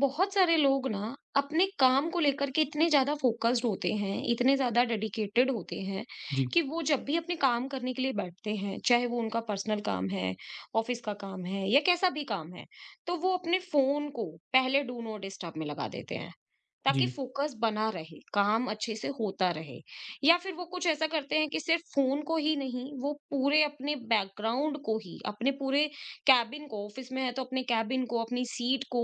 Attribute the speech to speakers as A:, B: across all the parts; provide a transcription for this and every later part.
A: बहुत सारे लोग ना अपने काम को लेकर के इतने ज़्यादा फोकस्ड होते हैं, इतने ज़्यादा डेडिकेटेड होते हैं
B: जी,
A: कि वो जब भी अपने काम करने के लिए बैठते हैं, चाहे वो उनका पर्सनल काम है, ऑफिस का काम है या कैसा भी काम है, तो वो अपने फ़ोन को पहले डू नॉट डिस्टर्ब में लगा देते हैं, ताकि
B: जी,
A: फोकस बना रहे, काम अच्छे से होता रहे। या फिर वो कुछ ऐसा करते हैं कि सिर्फ फ़ोन को ही नहीं, वो पूरे अपने बैकग्राउंड को ही, अपने पूरे केबिन को ऑफिस में है तो अपने केबिन को, अपनी सीट को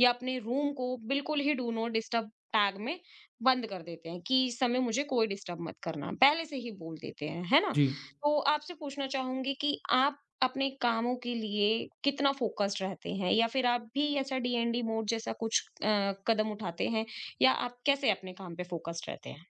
A: या अपने रूम को बिल्कुल ही डू नॉट डिस्टर्ब टैग में बंद कर देते हैं कि इस समय मुझे कोई डिस्टर्ब मत करना पहले से ही बोल देते हैं है ना।
B: जी।
A: तो आपसे पूछना चाहूंगी कि आप अपने कामों के लिए कितना फोकस्ड रहते हैं या फिर आप भी ऐसा डीएनडी मोड जैसा कुछ कदम उठाते हैं या आप कैसे अपने काम पे फोकस्ड रहते हैं।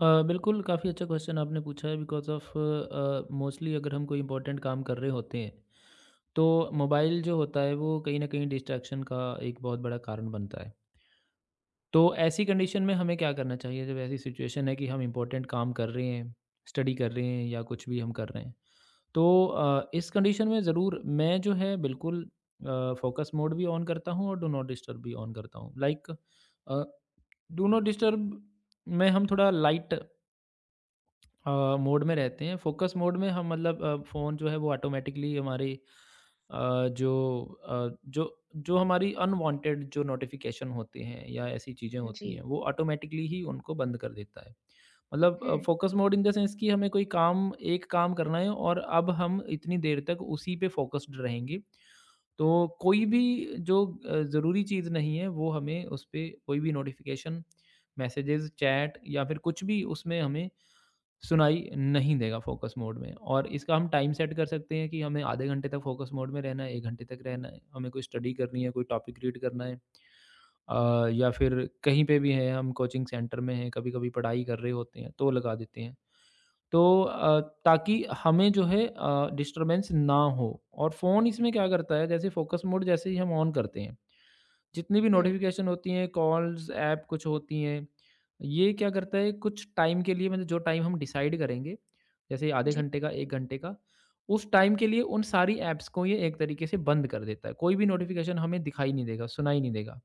B: बिल्कुल, काफ़ी अच्छा क्वेश्चन आपने पूछा है बिकॉज़ ऑफ़ मोस्टली अगर हम कोई इम्पोर्टेंट काम कर रहे होते हैं, तो मोबाइल जो होता है वो कहीं न कहीं डिस्ट्रैक्शन का एक बहुत बड़ा कारण बनता है। तो ऐसी कंडीशन में हमें क्या करना चाहिए जब ऐसी सिचुएशन है कि हम इम्पोर्टेंट काम कर रहे हैं, स्टडी कर रहे हैं या कुछ भी हम कर रहे हैं। तो इस कंडीशन में ज़रूर मैं जो है बिल्कुल फ़ोकस मोड भी ऑन करता हूँ और डू नॉट डिस्टर्ब भी ऑन करता हूँ। Like a do not disturb में हम थोड़ा लाइट मोड में रहते हैं फोकस मोड में हम मतलब फ़ोन जो है वो ऑटोमेटिकली हमारी अ, जो अ, जो जो हमारी अनवांटेड जो नोटिफिकेशन होते हैं या ऐसी चीज़ें
A: जी।
B: होती हैं वो ऑटोमेटिकली ही उनको बंद कर देता है। मतलब
A: हम्म।
B: Focus mode in the sense कि हमें कोई काम एक काम करना है और अब हम इतनी देर तक उसी पे फोकस्ड रहेंगे। तो कोई भी जो ज़रूरी चीज़ नहीं है वो हमें उस पे कोई भी नोटिफिकेशन, मैसेजेस, चैट या फिर कुछ भी उसमें हमें सुनाई नहीं देगा फोकस मोड में और इसका हम टाइम सेट कर सकते हैं कि हमें आधे घंटे तक फोकस मोड में रहना है एक घंटे तक रहना है हमें कोई स्टडी करनी है कोई टॉपिक रीड करना है या फिर कहीं पे भी है हम कोचिंग सेंटर में हैं कभी कभी पढ़ाई कर रहे होते हैं तो लगा देते हैं तो ताकि हमें जो है डिस्टरबेंस ना हो और फ़ोन इसमें क्या करता है जैसे फोकस मोड जैसे ही हम ऑन करते हैं जितनी भी
A: हम्म।
B: नोटिफ़िकेशन होती हैं, कॉल्स, ऐप कुछ होती हैं, ये क्या करता है कुछ टाइम के लिए मतलब जो टाइम हम डिसाइड करेंगे, जैसे आधे
A: जी।
B: घंटे का, 1 घंटे का, उस टाइम के लिए उन सारी ऐप्स को ये एक तरीके से बंद कर देता है। कोई भी नोटिफ़िकेशन हमें दिखाई नहीं देगा, सुनाई नहीं देगा।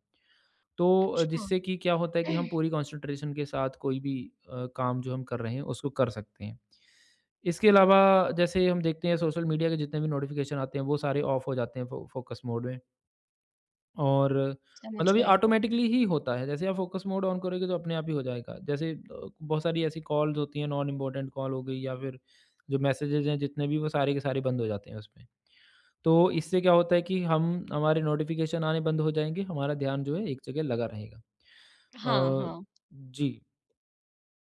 B: तो
A: अच्छा।
B: जिससे कि क्या होता है कि हम पूरी कॉन्सन्ट्रेशन के साथ कोई भी काम जो हम कर रहे हैं, उसको कर सकते हैं। इसके अलावा जैसे हम देखते हैं सोशल मीडिया के जितने भी नोटिफ़िकेशन आते हैं, वो सारे ऑफ हो जाते हैं फ़ोकस मोड में। और
A: समझ
B: मतलब ये
A: गए।
B: ऑटोमेटिकली ही होता है, जैसे आप फ़ोकस मोड ऑन करोगे तो अपने आप ही हो जाएगा। जैसे बहुत सारी ऐसी कॉल्स होती हैं नॉन इम्पोर्टेंट कॉल हो गई या फिर जो मैसेजेज़ हैं जितने भी वो सारे के सारे बंद हो जाते हैं उसमें। तो इससे क्या होता है कि हम हमारे नोटिफ़िकेशन आने बंद हो जाएँगे, हमारा ध्यान जो है एक जगह लगा रहेगा।
A: हाँ,
B: अ,
A: हाँ,
B: जी,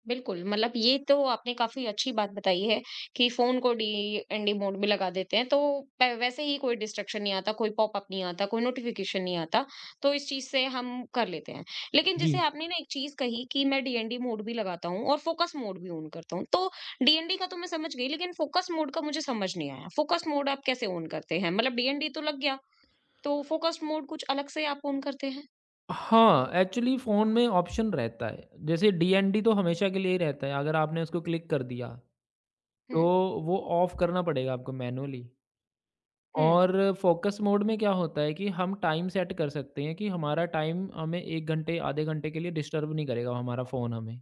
A: बिल्कुल, मतलब ये तो आपने काफ़ी अच्छी बात बताई है कि फ़ोन को डी एन डी मोड में लगा देते हैं, तो प वैसे ही कोई डिस्ट्रक्शन नहीं आता, कोई पॉपअप नहीं आता, कोई नोटिफ़िकेशन नहीं आता, तो इस चीज़ से हम कर लेते हैं। लेकिन
B: जी।
A: जैसे आपने ना एक चीज़ कही कि मैं डी एन डी मोड भी लगाता हूँ और फ़ोकस मोड भी ऑन करता हूँ, तो डी एन डी का तो मैं समझ गई, लेकिन फ़ोकस मोड का मुझे समझ नहीं आया। फ़ोकस मोड आप कैसे ऑन करते हैं? मतलब डी एन डी तो लग गया, तो फ़ोकस मोड कुछ अलग से आप ऑन करते हैं?
B: हाँ, एक्चुअली फ़ोन में ऑप्शन रहता है, जैसे डीएनडी तो हमेशा के लिए ही रहता है, अगर आपने उसको क्लिक कर दिया,
A: हुँ,
B: तो वो ऑफ़ करना पड़ेगा आपको मैनुअली।
A: हुँ।
B: और फ़ोकस मोड में क्या होता है कि हम टाइम सेट कर सकते हैं कि हमारा टाइम हमें 1 घंटे, आधे घंटे के लिए डिस्टर्ब नहीं करेगा हमारा फ़ोन हमें।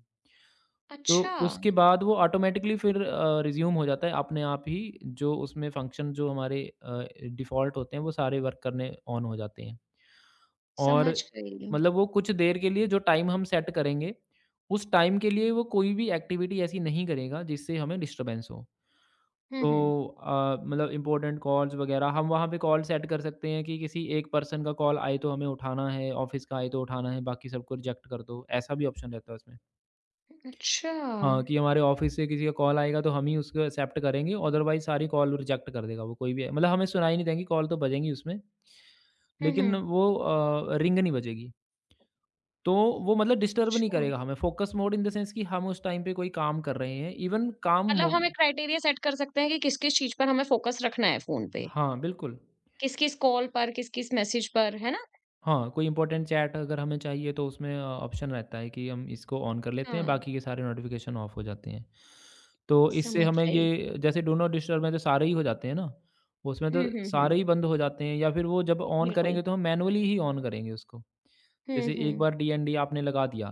B: तो
A: अच्छा,
B: उसके बाद वो ऑटोमैटिकली फिर रिज़्यूम हो जाता है अपने आप ही जो उसमें फ़ंक्शन जो हमारे डिफ़ॉल्ट होते हैं वो सारे वर्क करने ऑन हो जाते हैं। और
A: समझ गई।
B: मतलब वो कुछ देर के लिए जो टाइम हम सेट करेंगे, उस टाइम के लिए वो कोई भी एक्टिविटी ऐसी नहीं करेगा जिससे हमें डिस्टर्बेंस हो।
A: हुँ,
B: तो
A: हुँ।
B: मतलब इम्पोर्टेंट कॉल्स वगैरह हम वहाँ पे कॉल सेट कर सकते हैं कि किसी एक पर्सन का कॉल आए तो हमें उठाना है, ऑफ़िस का आए तो उठाना है, बाकी सबको रिजेक्ट कर दो, ऐसा भी ऑप्शन रहता है उसमें।
A: अच्छा।
B: हाँ, कि हमारे ऑफ़िस से किसी का कॉल आएगा तो हम ही उसको एक्सेप्ट करेंगे, अदरवाइज़ सारी कॉल रिजेक्ट कर देगा वो कोई भी मतलब हमें सुनाई नहीं देंगी, कॉल तो बजेंगी उसमें,
A: हुँ,
B: लेकिन
A: हुँ।
B: वो रिंग नहीं बजेगी। तो वो मतलब डिस्टर्ब नहीं
A: अच्छा।
B: करेगा हमें, focus mode in the sense कि हम उस टाइम पे कोई काम कर रहे हैं, इवन काम
A: मतलब
B: मो
A: हम एक क्राइटेरिया सेट कर सकते हैं कि किस-किस चीज़ पर हमें फ़ोकस रखना है फ़ोन पे।
B: हाँ, बिल्कुल।
A: किस-किस कॉल पर, किस-किस मैसेज पर, है ना?
B: हाँ, कोई इम्पोर्टेंट चैट अगर हमें चाहिए तो उसमें ऑप्शन रहता है कि हम इसको ऑन कर लेते हैं,
A: हाँ,
B: बाकी के सारे नोटिफ़िकेशन ऑफ हो जाते हैं। तो इससे
A: समझ
B: हमें
A: गई।
B: ये जैसे डू नॉट डिस्टर्ब में तो सारे ही हो जाते हैं ना, उसमें तो
A: हुँ, हुँ, हुँ।
B: सारे ही बंद हो जाते हैं या फिर वो जब ऑन
A: बिल्कुल।
B: करेंगे तो हम मैनुअली ही ऑन करेंगे उसको।
A: हुँ,
B: जैसे एक
A: हुँ।
B: बार डीएनडी आपने लगा दिया,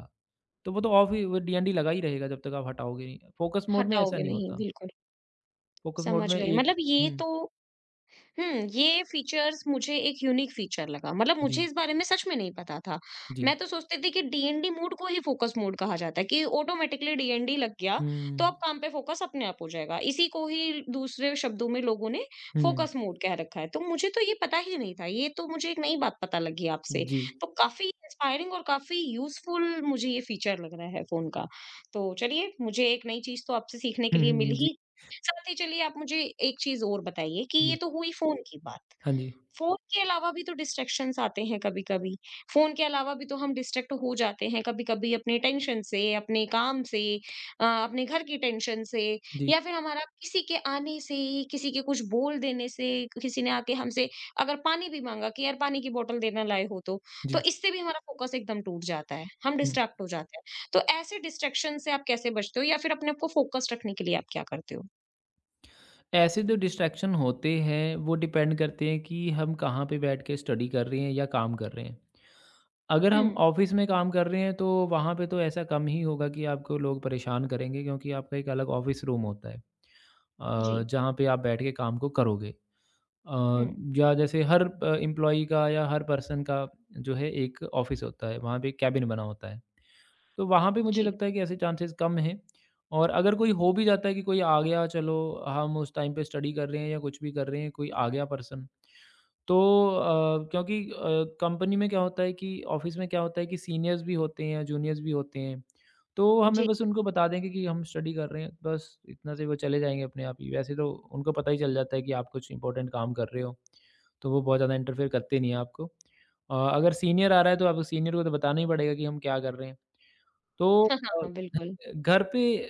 B: तो वो तो ऑफ ही वो डीएनडी लगा ही रहेगा जब तक आप हटाओगे नहीं। फ़ोकस मोड में ऐसा
A: हटाओगे
B: नहीं
A: नहीं,
B: होता।
A: बिल्कुल।
B: फ़ोकस मोड
A: समझ
B: में
A: गई।
B: एक
A: मतलब ये
B: हुँ,
A: तो हुँ, ये फीचर्स मुझे एक यूनिक फीचर लगा। मतलब मुझे
B: जी,
A: इस बारे में सच में नहीं पता था।
B: जी।
A: मैं तो सोचती थी कि डीएनडी मोड को ही फोकस मोड कहा जाता है कि ऑटोमैटिकली डीएनडी लग गया, तो
B: हुँ,
A: अब काम पे फोकस अपने आप हो जाएगा। इसी को ही दूसरे शब्दों में लोगों ने
B: हुँ,
A: फोकस मोड कह रखा है। तो मुझे तो ये पता ही नहीं था। ये तो मुझे एक नई बात पता लगी आपसे।
B: जी।
A: तो काफ़ी इंस्पायरिंग और काफ़ी यूज़फुल मुझे ये फीचर लग रहा है फ़ोन का। तो चलिए, मुझे एक नई चीज़ तो आपसे सीखने के
B: हुँ,
A: लिए मिल
B: हुँ, जी,
A: ही, साथ ही चलिए आप मुझे एक चीज़ और बताइए कि
B: जी।
A: ये तो हुई फ़ोन की बात।
B: हाँ जी,
A: फ़ोन के अलावा भी तो डिस्ट्रैक्शंस आते हैं कभी-कभी। फ़ोन के अलावा भी तो हम डिस्ट्रैक्ट हो जाते हैं कभी-कभी अपने टेंशन से, अपने काम से, अपने घर की टेंशन से
B: जी,
A: या फिर हमारा किसी के आने से, किसी के कुछ बोल देने से, किसी ने आके हमसे अगर पानी भी माँगा कि यार पानी की बॉटल देना लाए हो तो
B: जी,
A: इससे भी हमारा फ़ोकस एकदम टूट जाता है। हम
B: हुँ।
A: डिस्ट्रैक्ट हो जाते हैं। तो ऐसे डिस्ट्रैक्शन से आप कैसे बचते हो या फिर अपने आप को फ़ोकस्ड रखने के लिए आप क्या करते हो?
B: ऐसे जो डिस्ट्रैक्शन होते हैं, वो डिपेंड करते हैं कि हम कहाँ पे बैठ के स्टडी कर रहे हैं या काम कर रहे हैं। अगर
A: हुँ,
B: हम ऑफ़िस में काम कर रहे हैं, तो वहाँ पे तो ऐसा कम ही होगा कि आपको लोग परेशान करेंगे क्योंकि आपका एक अलग ऑफ़िस रूम होता है
A: जी।
B: जहाँ पे आप बैठ के काम को करोगे। अ,
A: हुँ,
B: या जैसे हर एम्प्लॉयी का या हर पर्सन का जो है एक ऑफ़िस होता है, वहाँ पे एक कैबिन बना होता है। तो वहाँ पे मुझे
A: जी,
B: लगता है कि ऐसे चांसेस कम हैं और अगर कोई हो भी जाता है कि कोई आ गया, चलो हम उस टाइम पे स्टडी कर रहे हैं या कुछ भी कर रहे हैं, कोई आ गया पर्सन तो क्योंकि कंपनी में क्या होता है कि ऑफिस में क्या होता है कि सीनियर्स भी होते हैं, जूनियर्स भी होते हैं। तो हमें
A: जी।
B: बस उनको बता देंगे कि हम स्टडी कर रहे हैं, बस इतना से वो चले जाएँगे अपने आप ही। वैसे तो उनको पता ही चल जाता है कि आप कुछ इंपॉर्टेंट काम कर रहे हो, तो वो बहुत ज़्यादा इंटरफेयर करते नहीं हैं आपको। अगर सीनियर आ रहा है तो अब सीनियर को तो बताना ही पड़ेगा कि हम क्या कर रहे हैं। तो
A: हाँ,
B: अ
A: हाँ, बिल्कुल।
B: घर पे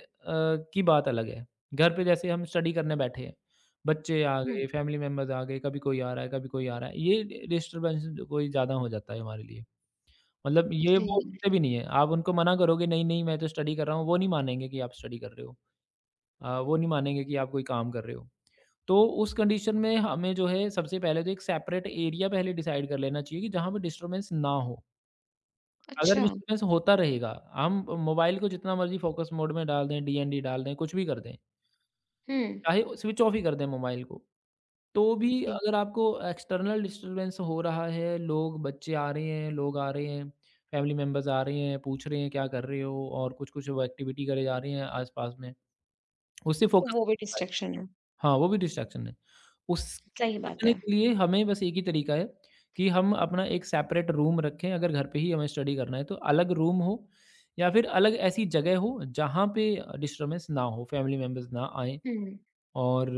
B: की बात अलग है। घर पे जैसे हम स्टडी करने बैठे हैं, बच्चे आ
A: हुँ,
B: गए, फैमिली मेंबर्स आ गए, कभी कोई आ रहा है, कभी कोई आ रहा है। ये डि डिस्टर्बेंस कोई ज़्यादा हो जाता है हमारे लिए। मतलब ये
A: जी।
B: वो रुकते भी नहीं है। आप उनको मना करोगे, "नहीं-नहीं, मैं तो स्टडी कर रहा हूँ," वो नहीं मानेंगे कि आप स्टडी कर रहे हो। वो नहीं मानेंगे कि आप कोई काम कर रहे हो। तो उस कंडीशन में हमें जो है सबसे पहले तो एक सेपरेट एरिया पहले डिसाइड कर लेना चाहिए कि जहाँ पे डिस्टर्बेंस ना हो। अगर
A: अच्छा,
B: डिस्टर्बेंस होता रहेगा, हम मोबाइल को जितना मर्ज़ी फ़ोकस मोड में डाल दें, डीएनडी डाल दें, कुछ भी कर दें,
A: हुँ,
B: चाहे स्विच ऑफ ही कर दें मोबाइल को, तो भी
A: जी।
B: अगर आपको एक्सटर्नल डिस्टर्बेंस हो रहा है, लोग बच्चे आ रहे हैं, लोग आ रहे हैं, फैमिली मेंबर्स आ रहे हैं, पूछ रहे हैं क्या कर रहे हो और कुछ-कुछ वो एक्टिविटी करे जा रही हैं आस-पास में, उससे
A: तो
B: फोकस
A: वो भी डिस्ट्रैक्शन है,
B: हाँ, वो भी डिस्ट्रैक्शन है। उसके
A: सही बात
B: बचने
A: है।
B: के लिए हमें बस एक ही तरीका है कि हम अपना एक सेपरेट रूम रखें अगर घर पे ही हमें स्टडी करना है तो अलग रूम हो या फिर अलग ऐसी जगह हो जहाँ पे डिस्टर्बेंस ना हो, फैमिली मेंबर्स ना आएँ
A: हुँ।
B: और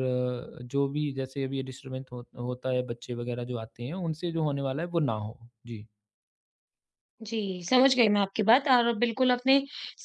B: जो भी जैसे अभी ये डिस्टर्बेंस हो, होता है बच्चे वगैरह जो आते हैं उनसे जो होने वाला है वो ना हो। जी।
A: जी, समझ गई मैं आपकी बात और बिल्कुल आपने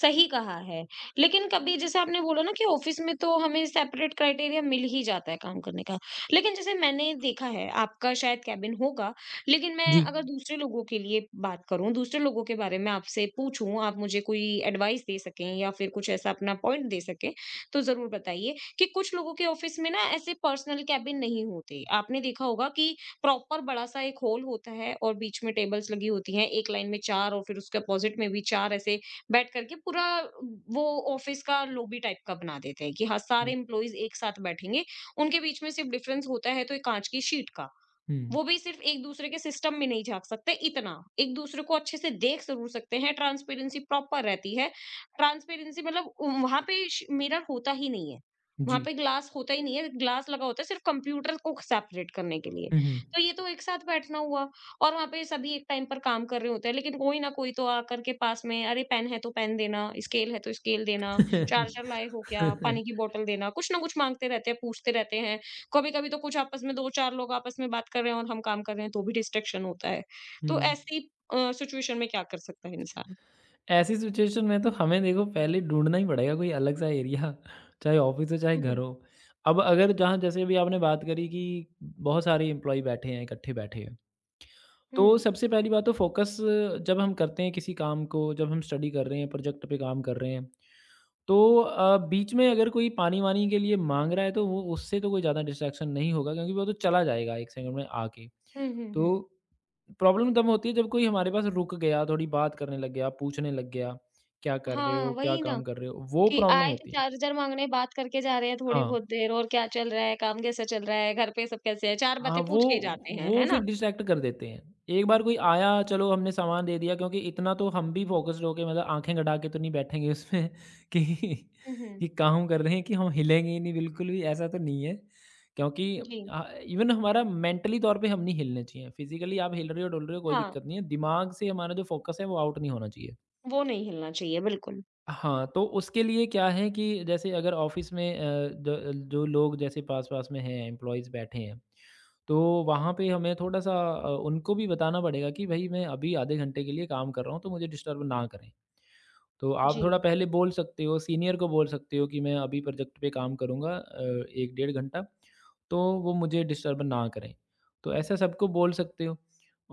A: सही कहा है। लेकिन कभी जैसे आपने बोला ना कि ऑफ़िस में तो हमें सेपरेट क्राइटेरिया मिल ही जाता है काम करने का। लेकिन जैसे मैंने देखा है आपका शायद केबिन होगा, लेकिन
B: जी,
A: मैं अगर दूसरे लोगों के लिए बात करूँ, दूसरे लोगों के बारे में आपसे पूछूँ, आप मुझे कोई एडवाइस दे सकें या फिर कुछ ऐसा अपना पॉइंट दे सकें, तो ज़रूर बताइए कि कुछ लोगों के ऑफ़िस में ना ऐसे पर्सनल केबिन नहीं होते। आपने देखा होगा कि प्रॉपर बड़ा-सा एक हॉल होता है और बीच में टेबल्स लगी होती हैं, एक लाइन में 4 और फिर उसके अपोजिट में भी 4 ऐसे बैठ कर के पूरा वो ऑफिस का लॉबी टाइप का बना देते हैं कि हाँ, सारे
B: जी।
A: एम्प्लॉइज एक साथ बैठेंगे। उनके बीच में सिर्फ डिफरेंस होता है तो एक काँच की शीट का।
B: हुँ,
A: वो भी सिर्फ एक-दूसरे के सिस्टम में नहीं झाँक सकते इतना, एक-दूसरे को अच्छे से देख ज़रूर सकते हैं, ट्रांसपेरेंसी प्रॉपर रहती है। ट्रांसपेरेंसी मतलब उ वहाँ पे श मिरर होता ही नहीं है, वहाँ
B: जी।
A: पे ग्लास होता ही नहीं है, ग्लास लगा होता है सिर्फ कंप्यूटर को सेपरेट करने के लिए।
B: हुँ, हुँ।
A: तो ये तो एक साथ बैठना हुआ और वहाँ पे सभी एक टाइम पर काम कर रहे होते हैं, लेकिन कोई ना कोई तो आकर के पास में, "अरे! पेन है तो पेन देना, स्केल है तो स्केल देना, चार्जर लाए हो क्या? पानी की बॉटल देना।" कुछ ना कुछ माँगते रहते हैं, पूछते रहते हैं। कभी-कभी तो कुछ आपस में 2-4 लोग आपस में बात कर रहे हैं और हम काम कर रहे हैं तो भी डिस्ट्रैक्शन होता है। तो
B: हुँ,
A: ऐसी सिचुएशन में क्या कर सकता है इंसान?
B: ऐसी सिचुएशन में तो हमें देखो पहले ढूँढना ही पड़ेगा कोई अलग-सा एरिया चाहे ऑफ़िस हो चाहे
A: हुँ,
B: घर
A: हुँ।
B: हो। अब अगर जहाँ जैसे अभी आपने बात करी कि बहुत सारे एम्प्लॉयी बैठे हैं, इकट्ठे बैठे हैं।
A: हुँ।
B: तो सबसे पहली बात तो फ़ोकस जब हम करते हैं किसी काम को, जब हम स्टडी कर रहे हैं, प्रोजेक्ट पे काम कर रहे हैं तो बीच में अगर कोई पानी-वानी के लिए माँग रहा है तो वो उससे तो कोई ज़्यादा डिस्ट्रैक्शन नहीं होगा क्योंकि वो तो चला जाएगा 1 सेकंड में आके।
A: हुँ, हुँ,
B: तो
A: हुँ।
B: प्रॉब्लम तब होती है जब कोई हमारे पास रुक गया, थोड़ी बात करने लग गया, पूछने लग गया, क्या कर रहे
A: हाँ,
B: हो, क्या
A: वही ना
B: काम कर रहे हो? वो
A: कि
B: प्रॉब्लम
A: आए थे
B: होती है।
A: चार्जर माँगने, बात करके जा रहे हैं थोड़ी
B: हाँ।
A: बहुत देर और क्या चल रहा है, काम कैसा चल रहा है, घर पे सब कैसे हैं, 4
B: हाँ,
A: बातें
B: वो
A: पूछ के ही जाते हैं,
B: वो
A: है
B: फिर
A: ना?
B: डिस्ट्रैक्ट कर देते हैं। एक बार कोई आया चलो हमने सामान दे दिया क्योंकि इतना तो हम भी फ़ोकस्ड होके मतलब आँखें गड़ा के तो नहीं बैठेंगे उसमें कि
A: हुँ, हुँ।
B: ये काम कर रहे हैं कि हम हिलेंगे ही नहीं बिल्कुल भी ऐसा तो नहीं है। क्योंकि
A: जी। जी।
B: इवन हमारा मेंटली तौर पे हम नहीं हिलने चाहिए। फ़िज़िकली आप हिल रहे हो, डुल रहे हो कोई
A: हाँ।
B: दिक्कत नहीं है। दिमाग से हमारा जो फ़ोकस है वो आउट नहीं होना चाहिए।
A: वो नहीं हिलना चाहिए, बिल्कुल।
B: हाँ, तो उसके लिए क्या है कि जैसे अगर ऑफ़िस में अ, ज जो लोग जैसे पास-पास में हैं, एम्प्लॉइज़ बैठे हैं, तो वहाँ पे हमें थोड़ा-सा उनको भी बताना पड़ेगा कि भई मैं अभी आधे घंटे के लिए काम कर रहा हूँ, तो मुझे डिस्टर्ब ना करें। तो आप थोड़ा
A: जी,
B: पहले बोल सकते हो, सीनियर को बोल सकते हो कि मैं अभी प्रोजेक्ट पे काम करूँगा 1 डेढ़ घंटा, तो वो मुझे डिस्टर्ब ना करें। तो ऐसा सबको बोल सकते हो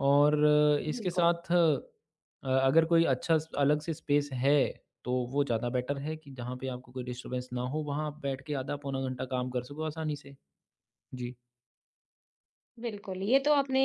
B: और इसके
A: बिल्कुल।
B: साथ अगर कोई अच्छा स अलग से स्पेस है, तो वो ज़्यादा बेटर है कि जहाँ पे आपको कोई डिस्टर्बेंस ना हो, वहाँ आप बैठ के आधा पौना घंटा काम कर सको आसानी से। जी।
A: बिल्कुल, ये तो आपने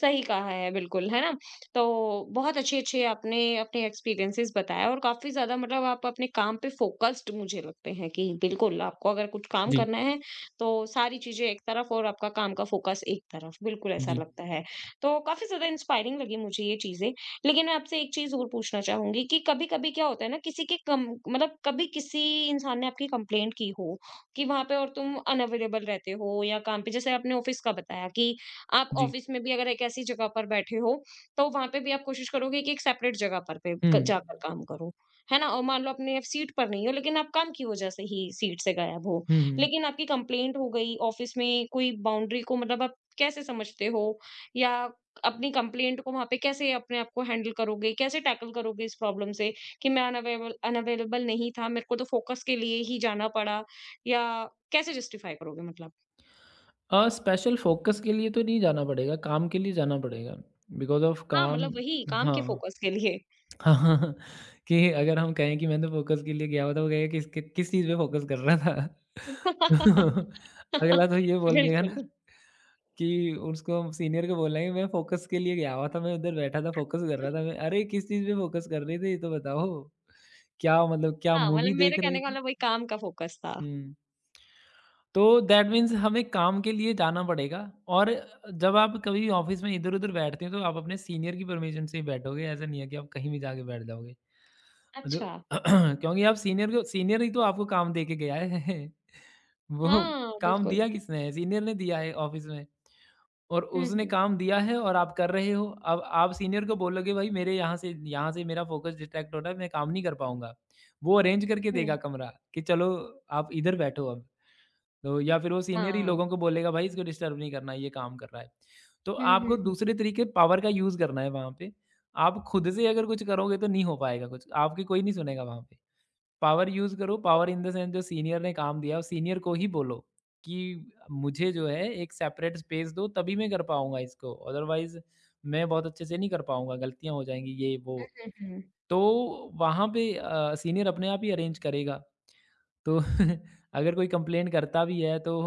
A: सही कहा है बिल्कुल, है ना? तो बहुत अच्छे-अच्छे आपने अपने एक्सपीरियंसेस बताए और काफ़ी ज़्यादा मतलब आप अपने काम पे फ़ोकस्ड मुझे लगते हैं कि बिल्कुल आपको अगर कुछ काम
B: जी,
A: करना है, तो सारी चीज़ें एक तरफ और आपका काम का फ़ोकस एक तरफ, बिल्कुल ऐसा
B: जी,
A: लगता है। तो काफ़ी ज़्यादा इंस्पायरिंग लगी मुझे ये चीज़ें, लेकिन मैं आपसे एक चीज़ और पूछना चाहूँगी कि कभी-कभी क्या होता है ना किसी के कम मतलब कभी किसी इंसान ने आपकी कंप्लेंट की हो कि वहाँ पे और तुम अनअवेलेबल रहते हो या काम पे जैसे आपने ऑफिस का बताया कि आप
B: जी।
A: ऑफिस में भी अगर एक ऐसी जगह पर बैठे हो, तो वहाँ पे भी आप कोशिश करोगे कि एक सेपरेट जगह पर पे
B: हुँ।
A: क जाकर काम करो, है ना? और मान लो अपने आप सीट पर नहीं हो लेकिन आप काम की वजह से ही सीट से गायब हो,
B: हुँ, हुँ।
A: लेकिन आपकी कंप्लेंट हो गई ऑफिस में कोई बाउंड्री को मतलब आप कैसे समझते हो? या अपनी कंप्लेंट को वहाँ पे कैसे अपने आप को हैंडल करोगे? कैसे टैकल करोगे इस प्रॉब्लम से कि मैं अनअवेबल अनअवेलेबल नहीं था, मेरे को तो फोकस के लिए ही जाना पड़ा, या कैसे जस्टिफ़ाई करोगे मतलब?
B: स्पेशल फ़ोकस के लिए तो नहीं जाना पड़ेगा, काम के लिए जाना पड़ेगा। बिकॉज़ ऑफ
A: हाँ,
B: काम
A: मतलब वही काम के
B: हाँ।
A: फ़ोकस के लिए।
B: हाँ कि अगर हम कहें कि मैंने फ़ोकस के लिए गया हुआ था, वो कहेगा किस किस किस चीज़ पे फ़ोकस कर रहा था? अगला तो ये बोल देगा
A: बिल्कुल,
B: ना कि उसको सीनियर को बोलना है कि मैं फ़ोकस के लिए गया हुआ था, मैं उधर बैठा था, फ़ोकस कर रहा था मैं। अरे! किस चीज़ पे फ़ोकस कर रहे थे ये तो बताओ? क्या मतलब क्या
A: हाँ, मतलब
B: मूवी
A: मेरे
B: देख रहे
A: कहने का
B: थे?
A: मतलब वही काम का फ़ोकस था।
B: हुँ। तो दैट मीन्स हमें काम के लिए जाना पड़ेगा और जब आप कभी ऑफ़िस में इधर-उधर बैठते हैं तो आप अपने सीनियर की परमिशन से ही बैठोगे, ऐसा नहीं है कि आप कहीं भी जाके बैठ जाओगे। मतलब
A: अच्छा,
B: क्योंकि आप सीनियर ही तो आपको काम दे के गया है। वो
A: हाँ,
B: काम
A: बिल्कुल।
B: दिया किसने है? सीनियर ने दिया है ऑफ़िस में और
A: हुँ,
B: उसने
A: हुँ,
B: काम दिया है और आप कर रहे हो। अब आप सीनियर को बोलोगे भाई मेरे यहाँ से मेरा फ़ोकस डिस्ट्रैक्ट हो रहा है, मैं काम नहीं कर पाऊँगा। वो अरेंज करके
A: हुँ,
B: देगा कमरा कि चलो आप इधर बैठो अब। तो या फिर वो सीनियर ही
A: हाँ।
B: लोगों को बोलेगा भाई इसको डिस्टर्ब नहीं करना ये काम कर रहा है। तो
A: हुँ,
B: आपको
A: हुँ, हुँ,
B: दूसरे तरीके पावर का यूज़ करना है वहाँ पे। आप खुद से अगर कुछ करोगे तो नहीं हो पाएगा कुछ, आपकी कोई नहीं सुनेगा वहाँ पे। पावर यूज़ करो,
A: बिल्कुल।
B: पावर इन द सेंस जो सीनियर ने काम दिया उस सीनियर को ही बोलो कि मुझे जो है एक सेपरेट स्पेस दो तभी मैं कर पाऊँगा इसको अदरवाइज़ मैं बहुत अच्छे से नहीं कर पाऊँगा, गलतियाँ हो जाएँगी ये वो।
A: हुँ, हुँ।
B: तो वहाँ पे सीनियर अपने आप ही अरेंज करेगा। तो अगर कोई कंप्लेन करता भी है तो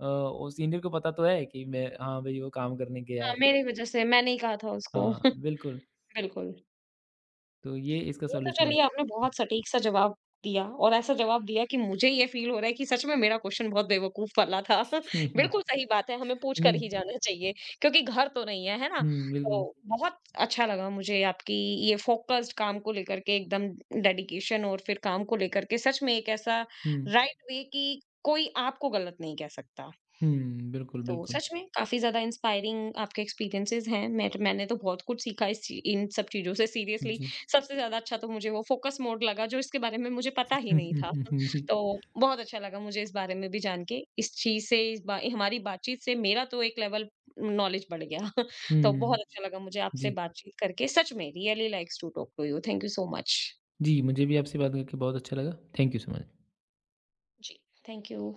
B: वो सीनियर को पता तो है कि मैं हाँ भई, वो काम करने गया
A: हाँ,
B: है।
A: मेरी वज़ह से मैं नहीं कहा था उसको।
B: हाँ, बिल्कुल।
A: बिल्कुल।
B: तो ये इसका
A: ये तो
B: सॉल्यूशन हो
A: चलिए आपने
B: सकता है।
A: बहुत सटीक सा जवाब दिया और ऐसा जवाब दिया कि मुझे ये फील हो रहा है कि सच में मेरा क्वेश्चन बहुत बेवकूफ वाला था।
B: हुँ, हुँ।
A: बिल्कुल सही बात है हमें पूछ कर
B: नहीं
A: ही जाना चाहिए क्योंकि घर तो नहीं है है ना।
B: हुँ,
A: तो
B: बिल्कुल।
A: बहुत अच्छा लगा मुझे आपकी ये फोकस्ड काम को लेकर के एकदम डेडिकेशन और फिर काम को लेकर के सच में एक ऐसा
B: हुँ,
A: राइट वे कि कोई आपको गलत नहीं कह सकता।
B: हुँ, बिल्कुल,
A: तो
B: बिल्कुल।
A: सच में काफ़ी ज़्यादा इंस्पायरिंग आपके एक्सपीरियंसेस हैं। मैंट मैंने तो बहुत कुछ सीखा इस ची इन सब चीज़ों से सीरियसली।
B: जी।
A: सबसे ज़्यादा अच्छा तो मुझे वो फ़ोकस मोड लगा जो इसके बारे में मुझे पता ही
B: हुँ,
A: नहीं
B: हुँ,
A: था।
B: हुँ, हुँ, जी।
A: तो बहुत अच्छा लगा मुझे इस बारे में भी जान के। इस चीज़ से इस बा हमारी बातचीत से मेरा तो एक लेवल नॉलेज बढ़ गया। तो बहुत
B: हुँ,
A: अच्छा लगा मुझे आपसे
B: जी।
A: बातचीत करके। सच में really likes to talk to you. Thank you so much.
B: जी, मुझे भी आपसे बात करके बहुत अच्छा लगा। Thank you so much.
A: जी, थैंक यू।